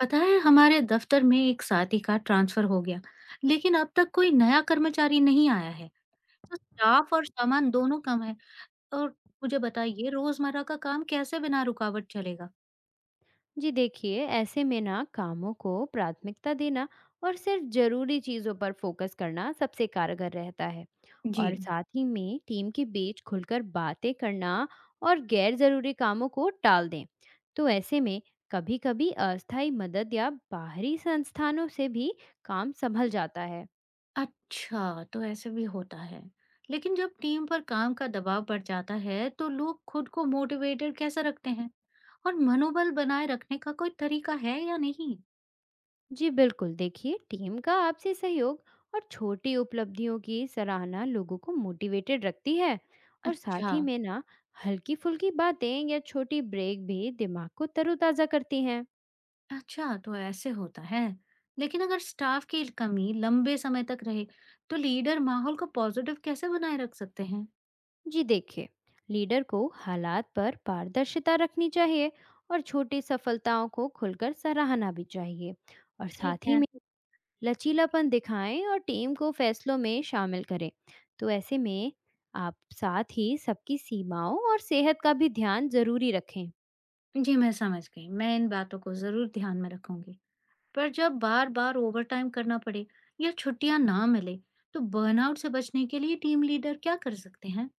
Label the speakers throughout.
Speaker 1: पता है हमारे दफ्तर में एक साथी का ट्रांसफर हो गया। लेकिन अब तक कोई नया कर्मचारी नहीं आया है। तो स्टाफ और सामान दोनों कम है। और मुझे बताइए, रोजमर्रा का काम कैसे बिना रुकावट चलेगा?
Speaker 2: जी देखिए, ऐसे में ना कामों को प्राथमिकता देना और सिर्फ जरूरी चीज़ों पर फोकस करना सबसे कारगर रहता है।
Speaker 1: जी,
Speaker 2: और साथ ही में टीम के बीच खुलकर बातें करना और गैर जरूरी कामों को टाल दें। तो ऐसे में कभी-कभी अस्थायी मदद या बाहरी संस्थानों से भी काम संभल जाता है।
Speaker 1: अच्छा, तो ऐसे भी होता है। लेकिन जब टीम पर काम का दबाव बढ़ जाता है, तो लोग खुद को मोटिवेटेड कैसे रखते हैं? और मनोबल बनाए रखने का कोई तरीका है या नहीं?
Speaker 2: जी बिल्कुल, देखिए टीम का आपसी सहयोग और छोटी उपलब्धियों की सराहना लोगों को मोटिवेटेड रखती है। और साथ
Speaker 1: अच्छा
Speaker 2: ही में ना हल्की फुल्की बातें या छोटी ब्रेक भी दिमाग को तरोताज़ा करती हैं।
Speaker 1: अच्छा, तो ऐसे होता है। लेकिन अगर स्टाफ की कमी लंबे समय तक रहे, तो लीडर माहौल को पॉजिटिव कैसे बनाए रख सकते हैं?
Speaker 2: जी देखिए, लीडर को हालात पर पारदर्शिता रखनी चाहिए और छोटी सफलताओं को खुलकर सराहना भी चाहिए। और
Speaker 1: ठीक
Speaker 2: साथ ही
Speaker 1: है।
Speaker 2: में लचीलापन दिखाएं और टीम को फैसलों में शामिल करें। तो ऐसे में आप साथ ही सबकी सीमाओं और सेहत का भी ध्यान जरूरी रखें।
Speaker 1: जी, मैं समझ गई। मैं इन बातों को जरूर ध्यान में रखूंगी। पर जब बार-बार ओवरटाइम करना पड़े या छुट्टियां ना मिले, तो बर्नआउट से बचने के लिए टीम लीडर क्या कर सकते हैं?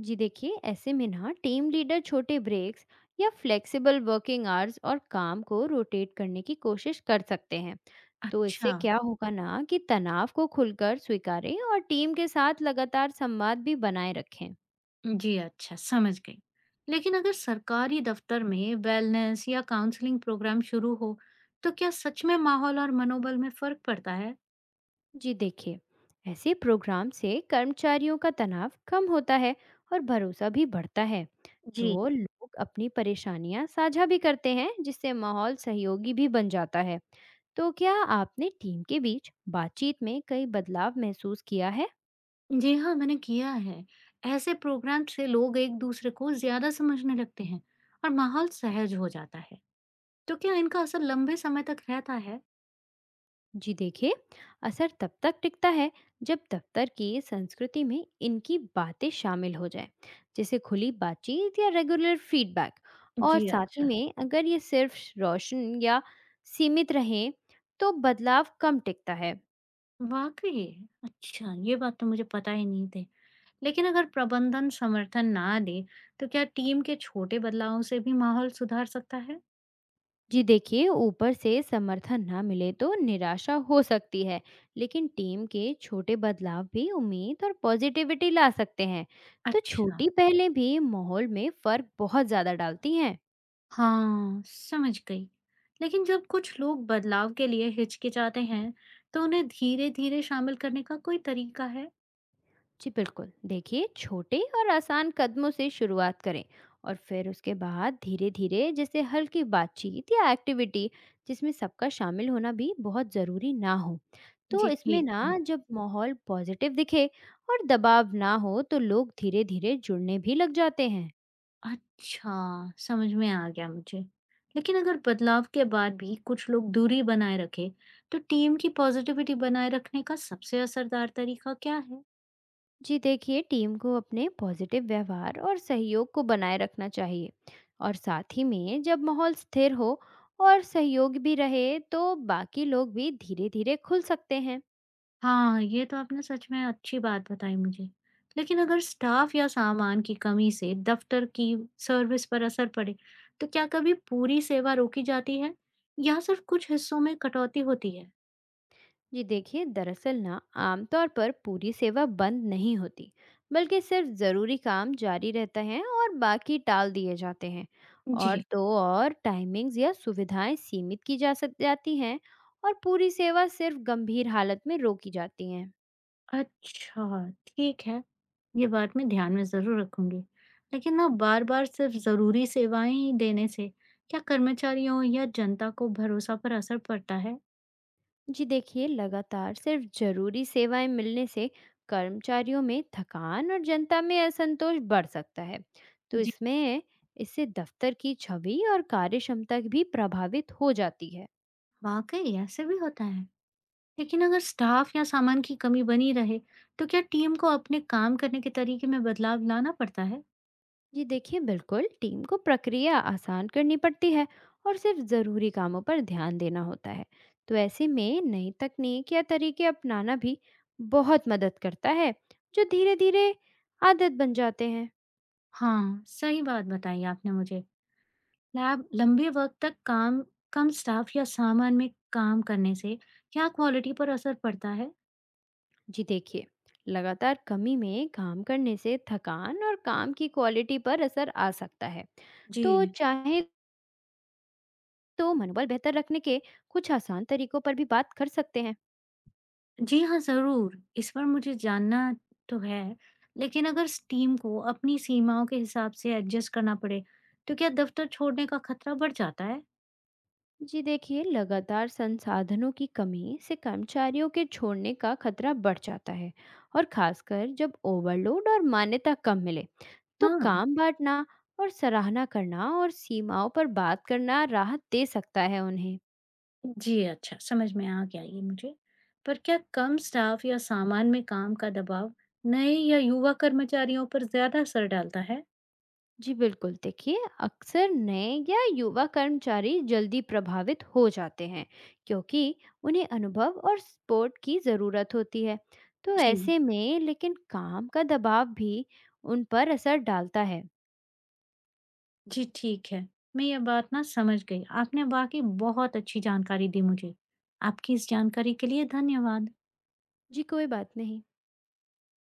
Speaker 2: जी देखिए, ऐसे में ना टीम लीडर छोटे ब्रेक्स या फ्लेक्सिबल वर्किंग आवर्स और काम को रोटेट करने की कोशिश कर सकते हैं। तो इससे
Speaker 1: अच्छा,
Speaker 2: क्या होगा ना कि तनाव को खुलकर स्वीकारें और टीम के साथ लगातार संवाद भी बनाए रखें।
Speaker 1: जी अच्छा, समझ गई। लेकिन अगर सरकारी दफ्तर में वेलनेस या काउंसलिंग प्रोग्राम शुरू हो, तो क्या सच में माहौल और मनोबल में फर्क पड़ता है?
Speaker 2: जी देखिए, ऐसे प्रोग्राम से कर्मचारियों का तनाव कम होता है और भरोसा भी बढ़ता है।
Speaker 1: जी।
Speaker 2: तो लोग अपनी परेशानियां साझा भी करते हैं, जिससे माहौल सहयोगी भी बन जाता है। तो क्या आपने टीम के बीच बातचीत में कई बदलाव महसूस किया है?
Speaker 1: जी हाँ, मैंने किया है। ऐसे प्रोग्राम से लोग एक-दूसरे को ज़्यादा समझने लगते हैं, और माहौल सहज हो जाता है। तो क्या इनका असर लंबे समय तक रहता है?
Speaker 2: जी देखिए, असर तब तक टिकता है जब दफ्तर की संस्कृति में इनकी बातें शामिल हो जाए, जैसे खुली बातचीत या रेगुलर फीडबैक। और
Speaker 1: जी,
Speaker 2: साथ ही
Speaker 1: अच्छा।
Speaker 2: में अगर ये सिर्फ रोशन या सीमित रहें तो बदलाव कम टिकता है।
Speaker 1: वाक़ई! अच्छा, ये बात तो मुझे पता ही नहीं थी। लेकिन अगर प्रबंधन समर्थन ना दे, तो क्या टीम के छोटे बदलावों से भी माहौल सुधार सकता है?
Speaker 2: जी देखिए, ऊपर से समर्थन ना मिले तो निराशा हो सकती है, लेकिन टीम के छोटे बदलाव भी उम्मीद और पॉजिटिविटी ला सकते हैं। तो
Speaker 1: अच्छा।
Speaker 2: छोटी पहलें भी माहौल में फ़र्क बहुत ज़्यादा डालती हैं।
Speaker 1: हाँ, समझ गई। लेकिन जब कुछ लोग बदलाव के लिए हिचकिचाते हैं, तो उन्हें धीरे-धीरे शामिल करने का कोई तरीका है?
Speaker 2: जी बिल्कुल, देखिए छोटे और आसान कदमों से शुरुआत करें, और फिर उसके बाद धीरे धीरे जैसे हल्की बातचीत या एक्टिविटी, जिसमें सबका शामिल होना भी बहुत ज़रूरी ना हो। तो
Speaker 1: जी,
Speaker 2: इसमें
Speaker 1: ठीक है।
Speaker 2: ना जब माहौल पॉजिटिव दिखे और दबाव ना हो तो लोग धीरे धीरे जुड़ने भी लग जाते हैं।
Speaker 1: अच्छा, समझ में आ गया मुझे। लेकिन अगर बदलाव के बाद भी कुछ लोग दूरी बनाए रखें, तो टीम की पॉजिटिविटी बनाए रखने का सबसे असरदार तरीका क्या है?
Speaker 2: जी देखिए, टीम को अपने पॉजिटिव व्यवहार और सहयोग को बनाए रखना चाहिए। और साथ ही में जब माहौल स्थिर हो और सहयोग भी रहे तो बाकी लोग भी धीरे धीरे खुल सकते हैं।
Speaker 1: हाँ, ये तो आपने सच में अच्छी बात बताई मुझे। लेकिन अगर स्टाफ या सामान की कमी से दफ्तर की सर्विस पर असर पड़े, तो क्या कभी पूरी सेवा रोकी जाती है, या सिर्फ कुछ हिस्सों में कटौती होती है?
Speaker 2: जी देखिए, दरअसल ना आमतौर पर पूरी सेवा बंद नहीं होती, बल्कि सिर्फ ज़रूरी काम जारी रहता है और बाकी टाल दिए जाते हैं। और
Speaker 1: जी,
Speaker 2: तो और टाइमिंग्स या सुविधाएं सीमित की जा सक जाती हैं, और पूरी सेवा सिर्फ गंभीर हालत में रोकी जाती हैं।
Speaker 1: अच्छा, ठीक है। ये बात मैं ध्यान में ज़रूर रखूंगी। लेकिन ना बार-बार सिर्फ ज़रूरी सेवाएं ही देने से क्या कर्मचारियों या जनता को भरोसा पर असर पड़ता है?
Speaker 2: जी देखिए, लगातार सिर्फ जरूरी सेवाएं मिलने से कर्मचारियों में थकान और जनता में असंतोष बढ़ सकता है। तो
Speaker 1: जी।
Speaker 2: इसमें इससे दफ्तर की छवि और कार्यक्षमता भी प्रभावित हो जाती है।
Speaker 1: वाकई ऐसे भी होता है? लेकिन अगर स्टाफ या सामान की कमी बनी रहे, तो क्या टीम को अपने काम करने के तरीके में बदलाव लाना पड़ता है?
Speaker 2: जी देखिए, बिल्कुल टीम को प्रक्रिया आसान करनी पड़ती है और सिर्फ ज़रूरी कामों पर ध्यान देना होता है। तो ऐसे में नई तकनीक या तरीके अपनाना भी बहुत मदद करता है, जो धीरे धीरे आदत बन जाते हैं।
Speaker 1: हाँ, सही बात बताई आपने मुझे। लैब लंबे वक्त तक काम, कम स्टाफ या सामान में काम करने से क्या क्वालिटी पर असर पड़ता है?
Speaker 2: जी देखिए, लगातार कमी में काम करने से थकान और काम की क्वालिटी पर असर आ सकता है। तो
Speaker 1: जी।
Speaker 2: चाहे तो मनोबल बेहतर रखने के कुछ आसान तरीकों पर भी बात कर सकते हैं।
Speaker 1: जी हाँ, जरूर इस पर मुझे जानना तो है। लेकिन अगर इस टीम को अपनी सीमाओं के हिसाब से एडजस्ट करना पड़े, तो क्या दफ्तर छोड़ने का खतरा बढ़ जाता है?
Speaker 2: जी देखिए, लगातार संसाधनों की कमी से कर्मचारियों के छोड़ने का खतरा बढ़ जाता है, और खासकर जब ओवरलोड और मान्यता कम मिले। तो
Speaker 1: हाँ।
Speaker 2: काम बांटना और सराहना करना और सीमाओं पर बात करना राहत दे सकता है उन्हें।
Speaker 1: जी, अच्छा, समझ में आ गया ये मुझे। पर क्या कम स्टाफ या सामान में काम का दबाव नए या युवा कर्मचारियों पर ज़्यादा असर डालता है?
Speaker 2: जी बिल्कुल, देखिए अक्सर नए या युवा कर्मचारी जल्दी प्रभावित हो जाते हैं, क्योंकि उन्हें अनुभव और सपोर्ट की ज़रूरत होती है। तो
Speaker 1: जी।
Speaker 2: ऐसे में लेकिन काम का दबाव भी उन पर असर डालता है।
Speaker 1: जी, ठीक है। मैं ये बात ना समझ गई। आपने वाक़ई बहुत अच्छी जानकारी दी मुझे। आपकी इस जानकारी के लिए धन्यवाद।
Speaker 2: जी, कोई बात नहीं।